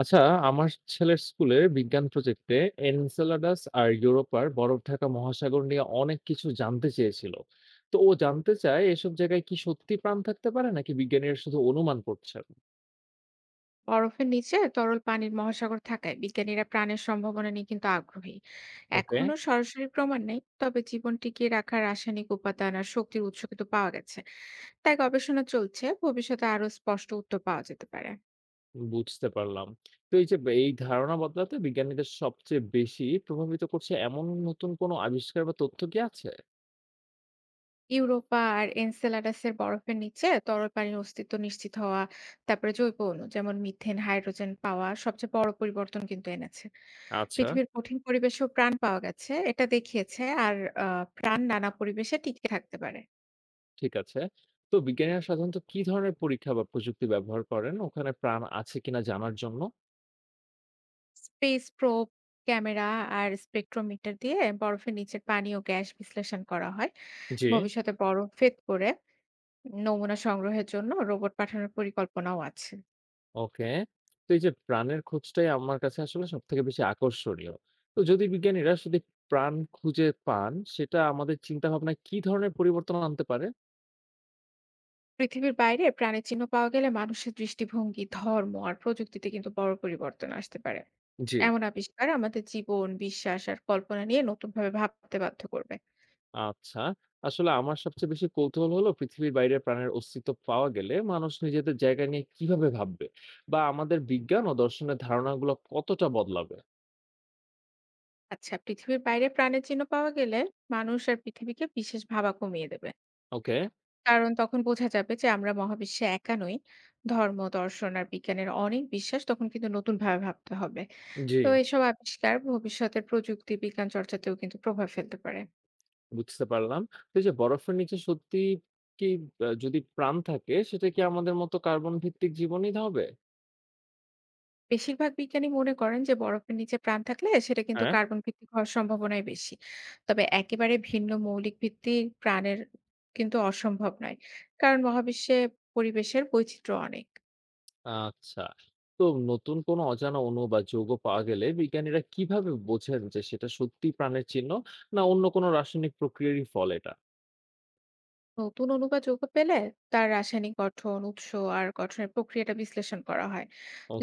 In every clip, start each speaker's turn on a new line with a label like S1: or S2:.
S1: আচ্ছা, আমার ছেলের স্কুলে বিজ্ঞান প্রজেক্টে এনসেলাডাস আর ইউরোপার বরফ ঢাকা মহাসাগর নিয়ে অনেক কিছু জানতে চেয়েছিল। তো ও জানতে চায় এসব জায়গায় কি সত্যি প্রাণ থাকতে পারে নাকি বিজ্ঞানীরা শুধু অনুমান করছেন।
S2: বরফের নিচে তরল পানির মহাসাগর থাকায় বিজ্ঞানীরা প্রাণের সম্ভাবনা নিয়ে কিন্তু আগ্রহী।
S1: ওকে,
S2: এখনো সরাসরি প্রমাণ নেই, তবে জীবন টিকিয়ে রাখার রাসায়নিক উপাদান আর শক্তির উৎস কিন্তু পাওয়া গেছে। তাই গবেষণা চলছে, ভবিষ্যতে আরো স্পষ্ট উত্তর পাওয়া যেতে পারে।
S1: বুঝতে পারলাম। তো এই যে এই ধারণা বদলাতে বিজ্ঞানীদের সবচেয়ে বেশি প্রভাবিত করছে এমন নতুন কোনো আবিষ্কার বা তথ্য কি আছে?
S2: ইউরোপা আর এনসেলাডাসের বরফের নিচে তরল পানির অস্তিত্ব নিশ্চিত হওয়া, তারপরে জৈব অণু যেমন মিথেন, হাইড্রোজেন পাওয়া সবচেয়ে বড় পরিবর্তন কিন্তু এনেছে।
S1: আচ্ছা।
S2: পৃথিবীর কঠিন পরিবেশেও প্রাণ পাওয়া গেছে, এটা দেখিয়েছে আর প্রাণ নানা পরিবেশে টিকে থাকতে পারে।
S1: ঠিক আছে। তো বিজ্ঞানীরা সাধারণত কি ধরনের পরীক্ষা বা প্রযুক্তি ব্যবহার করেন ওখানে প্রাণ আছে কিনা জানার জন্য?
S2: স্পেস প্রোব, ক্যামেরা আর স্পেক্ট্রোমিটার দিয়ে বরফের নিচের পানি ও গ্যাস বিশ্লেষণ করা হয়।
S1: জি।
S2: ভবিষ্যতে বরফ ভেদ করে নমুনা সংগ্রহের জন্য রোবট পাঠানোর পরিকল্পনাও আছে।
S1: ওকে। তো এই যে প্রাণের খোঁজটাই আমার কাছে আসলে সবথেকে বেশি আকর্ষণীয়। তো যদি বিজ্ঞানীরা যদি প্রাণ খুঁজে পান, সেটা আমাদের চিন্তাভাবনায় কি ধরনের পরিবর্তন আনতে পারে?
S2: পৃথিবীর বাইরে প্রাণের চিহ্ন পাওয়া গেলে মানুষের দৃষ্টিভঙ্গি, ধর্ম আর প্রযুক্তিতে কিন্তু বড় পরিবর্তন আসতে পারে।
S1: জি।
S2: এমন আবিষ্কার আমাদের জীবন, বিশ্বাস আর কল্পনা নিয়ে নতুনভাবে ভাবতে বাধ্য করবে।
S1: আচ্ছা। আসলে আমার সবচেয়ে বেশি কৌতূহল হলো পৃথিবীর বাইরে প্রাণের অস্তিত্ব পাওয়া গেলে মানুষ নিজেদের জায়গা নিয়ে কিভাবে ভাববে? বা আমাদের বিজ্ঞান ও দর্শনের ধারণাগুলো কতটা বদলাবে?
S2: আচ্ছা, পৃথিবীর বাইরে প্রাণের চিহ্ন পাওয়া গেলে মানুষ আর পৃথিবীকে বিশেষ ভাবা কমিয়ে দেবে।
S1: ওকে।
S2: কারণ তখন বোঝা যাবে যে আমরা মহাবিশ্বে একা নই। ধর্ম, দর্শন আর বিজ্ঞানের অনেক বিশ্বাস তখন কিন্তু নতুনভাবে ভাবতে হবে।
S1: জি।
S2: তো এসব আবিষ্কার ভবিষ্যতের প্রযুক্তি, বিজ্ঞান চর্চাতেও কিন্তু প্রভাব ফেলতে পারে।
S1: বুঝতে পারলাম। তো এই যে বরফের নিচে সত্যি কি যদি প্রাণ থাকে, সেটা কি আমাদের মতো কার্বন ভিত্তিক জীবনই হবে?
S2: বেশিরভাগ বিজ্ঞানী মনে করেন যে বরফের নিচে প্রাণ থাকলে সেটা কিন্তু
S1: হ্যাঁ।
S2: কার্বন ভিত্তিক হওয়ার সম্ভাবনাই বেশি। তবে একেবারে ভিন্ন মৌলিক ভিত্তিক প্রাণের কিন্তু অসম্ভব নয়। কারণ মহাবিশ্বে পরিবেশের বৈচিত্র্য অনেক।
S1: আচ্ছা। তো নতুন কোনো অজানা অণু বা যৌগ পাওয়া গেলে বিজ্ঞানীরা কিভাবে বোঝেন যে সেটা সত্যিই প্রাণের চিহ্ন না অন্য কোনো রাসায়নিক প্রক্রিয়ারই ফল এটা?
S2: নতুন অনুবাদ যৌগ পেলে তার রাসায়নিক গঠন, উৎস আর গঠনের প্রক্রিয়াটা বিশ্লেষণ করা হয়।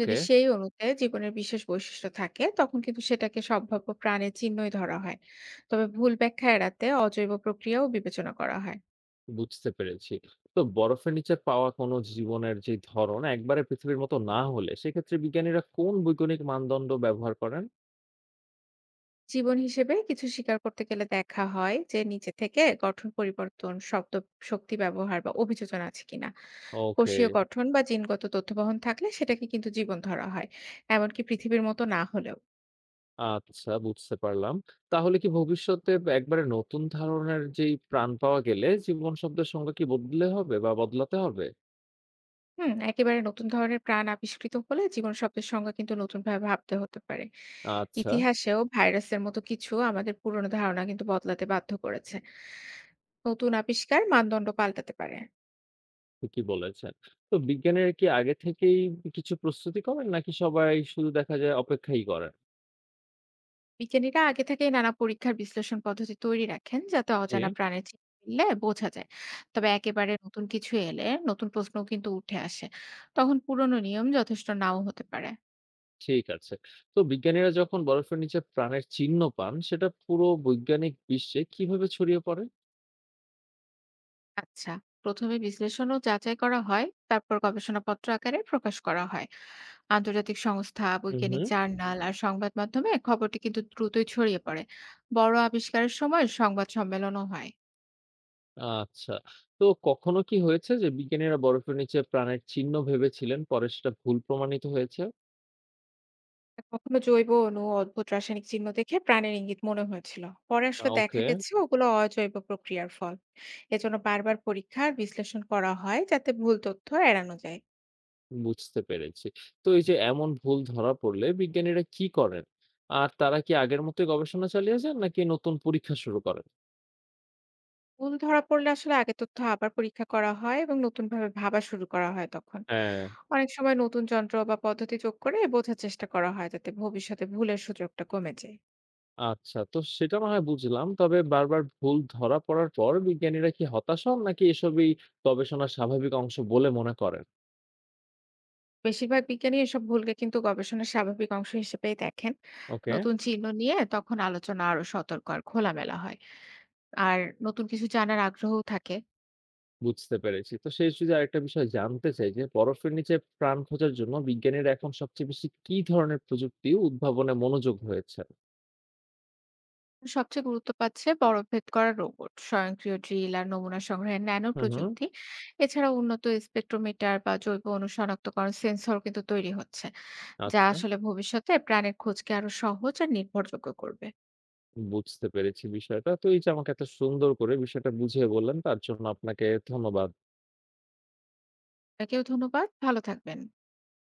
S2: যদি সেই অণুতে জীবনের বিশেষ বৈশিষ্ট্য থাকে, তখন কিন্তু সেটাকে সম্ভাব্য প্রাণের চিহ্নই ধরা হয়। তবে ভুল ব্যাখ্যা এড়াতে অজৈব প্রক্রিয়াও বিবেচনা করা হয়।
S1: বুঝতে পেরেছি। তো বরফের নিচে পাওয়া কোনো জীবনের যে ধরন একবারে পৃথিবীর মতো না হলে সেক্ষেত্রে বিজ্ঞানীরা কোন বৈজ্ঞানিক মানদণ্ড ব্যবহার করেন?
S2: জীবন হিসেবে কিছু স্বীকার করতে গেলে দেখা হয় যে নিচে থেকে গঠন পরিবর্তন, শব্দ, শক্তি ব্যবহার বা অভিযোজন আছে কিনা।
S1: ওকে।
S2: কোষীয় গঠন বা জিনগত তথ্য বহন থাকলে সেটাকে কিন্তু জীবন ধরা হয়, এমনকি পৃথিবীর মতো না হলেও।
S1: আচ্ছা, বুঝতে পারলাম। তাহলে কি ভবিষ্যতে একবারে নতুন ধরনের যেই প্রাণ পাওয়া গেলে জীবন শব্দের সংজ্ঞা কি বদলে হবে বা বদলাতে হবে?
S2: একেবারে নতুন ধরনের প্রাণ আবিষ্কৃত হলে জীবনশব্দের সংজ্ঞা কিন্তু নতুনভাবে ভাবতে হতে পারে।
S1: আচ্ছা।
S2: ইতিহাসেও ভাইরাসের মতো কিছু আমাদের পুরনো ধারণা কিন্তু বদলাতে বাধ্য করেছে। নতুন আবিষ্কার মানদণ্ড পাল্টাতে পারে।
S1: ঠিকই বলেছেন। তো বিজ্ঞানীরা কি আগে থেকেই কিছু প্রস্তুতি করেন নাকি সবাই শুধু দেখা যায় অপেক্ষাই করেন?
S2: বিজ্ঞানীরা আগে থেকেই নানা পরীক্ষার বিশ্লেষণ পদ্ধতি তৈরি রাখেন, যাতে
S1: জি।
S2: অজানা প্রাণের চিহ্ন মিললে বোঝা যায়। তবে একেবারে নতুন কিছু এলে নতুন প্রশ্নও কিন্তু উঠে আসে। তখন পুরনো নিয়ম যথেষ্ট নাও হতে পারে।
S1: ঠিক আছে। তো বিজ্ঞানীরা যখন বরফের নিচে প্রাণের চিহ্ন পান সেটা পুরো বৈজ্ঞানিক বিশ্বে কিভাবে ছড়িয়ে পড়ে?
S2: আচ্ছা, প্রথমে বিশ্লেষণ ও যাচাই করা হয়, তারপর গবেষণাপত্র আকারে প্রকাশ করা হয়। আন্তর্জাতিক সংস্থা,
S1: হুম,
S2: বৈজ্ঞানিক
S1: হুম।
S2: জার্নাল আর সংবাদ মাধ্যমে খবরটি কিন্তু দ্রুতই ছড়িয়ে পড়ে। বড় আবিষ্কারের সময় সংবাদ সম্মেলনও হয়।
S1: আচ্ছা। তো কখনো কি হয়েছে যে বিজ্ঞানীরা বরফের নিচে প্রাণের চিহ্ন ভেবেছিলেন পরে সেটা ভুল প্রমাণিত হয়েছে?
S2: কখনো জৈব অণু, অদ্ভুত রাসায়নিক চিহ্ন দেখে প্রাণের ইঙ্গিত মনে হয়েছিল, পরে আসলে দেখা
S1: ওকে।
S2: গেছে ওগুলো অজৈব প্রক্রিয়ার ফল। এজন্য বারবার পরীক্ষা আর বিশ্লেষণ করা হয় যাতে ভুল তথ্য এড়ানো যায়।
S1: বুঝতে পেরেছি। তো এই যে এমন ভুল ধরা পড়লে বিজ্ঞানীরা কি করেন? আর তারা কি আগের মতোই গবেষণা চালিয়ে যান নাকি নতুন পরীক্ষা শুরু করেন?
S2: ভুল ধরা পড়লে আসলে আগের তথ্য আবার পরীক্ষা করা হয় এবং নতুনভাবে ভাবা শুরু করা হয় তখন।
S1: হ্যাঁ।
S2: অনেক সময় নতুন যন্ত্র বা পদ্ধতি যোগ করে বোঝার চেষ্টা করা হয়, যাতে ভবিষ্যতে ভুলের সুযোগটা কমে যায়।
S1: আচ্ছা। তো সেটা না হয় বুঝলাম। তবে বারবার ভুল ধরা পড়ার পর বিজ্ঞানীরা কি হতাশ হন নাকি এসবই গবেষণার স্বাভাবিক অংশ বলে মনে করেন?
S2: বেশিরভাগ বিজ্ঞানী এসব ভুলকে কিন্তু গবেষণার স্বাভাবিক অংশ হিসেবেই দেখেন।
S1: ওকে,
S2: নতুন চিহ্ন নিয়ে তখন আলোচনা আরো সতর্ক আর খোলামেলা হয়। আর নতুন কিছু জানার আগ্রহও থাকে।
S1: বুঝতে পেরেছি। তো শেষ যদি আরেকটা বিষয় জানতে চাই যে বরফের নিচে প্রাণ খোঁজার জন্য বিজ্ঞানীরা এখন সবচেয়ে বেশি কি ধরনের প্রযুক্তি উদ্ভাবনে মনোযোগ হয়েছেন?
S2: সবচেয়ে গুরুত্ব পাচ্ছে বরফভেদ করা রোবট, স্বয়ংক্রিয় ড্রিল আর নমুনা সংগ্রহের ন্যানো
S1: হুম, হুম।
S2: প্রযুক্তি। এছাড়া উন্নত স্পেকট্রোমিটার বা জৈব অণু শনাক্তকরণ সেন্সর কিন্তু তৈরি হচ্ছে, যা
S1: আচ্ছা।
S2: আসলে ভবিষ্যতে প্রাণের খোঁজকে আরো সহজ আর নির্ভরযোগ্য করবে।
S1: বুঝতে পেরেছি বিষয়টা। তো এই যে আমাকে এত সুন্দর করে বিষয়টা বুঝিয়ে বললেন তার জন্য আপনাকে ধন্যবাদ।
S2: আপনাকেও ধন্যবাদ, ভালো থাকবেন।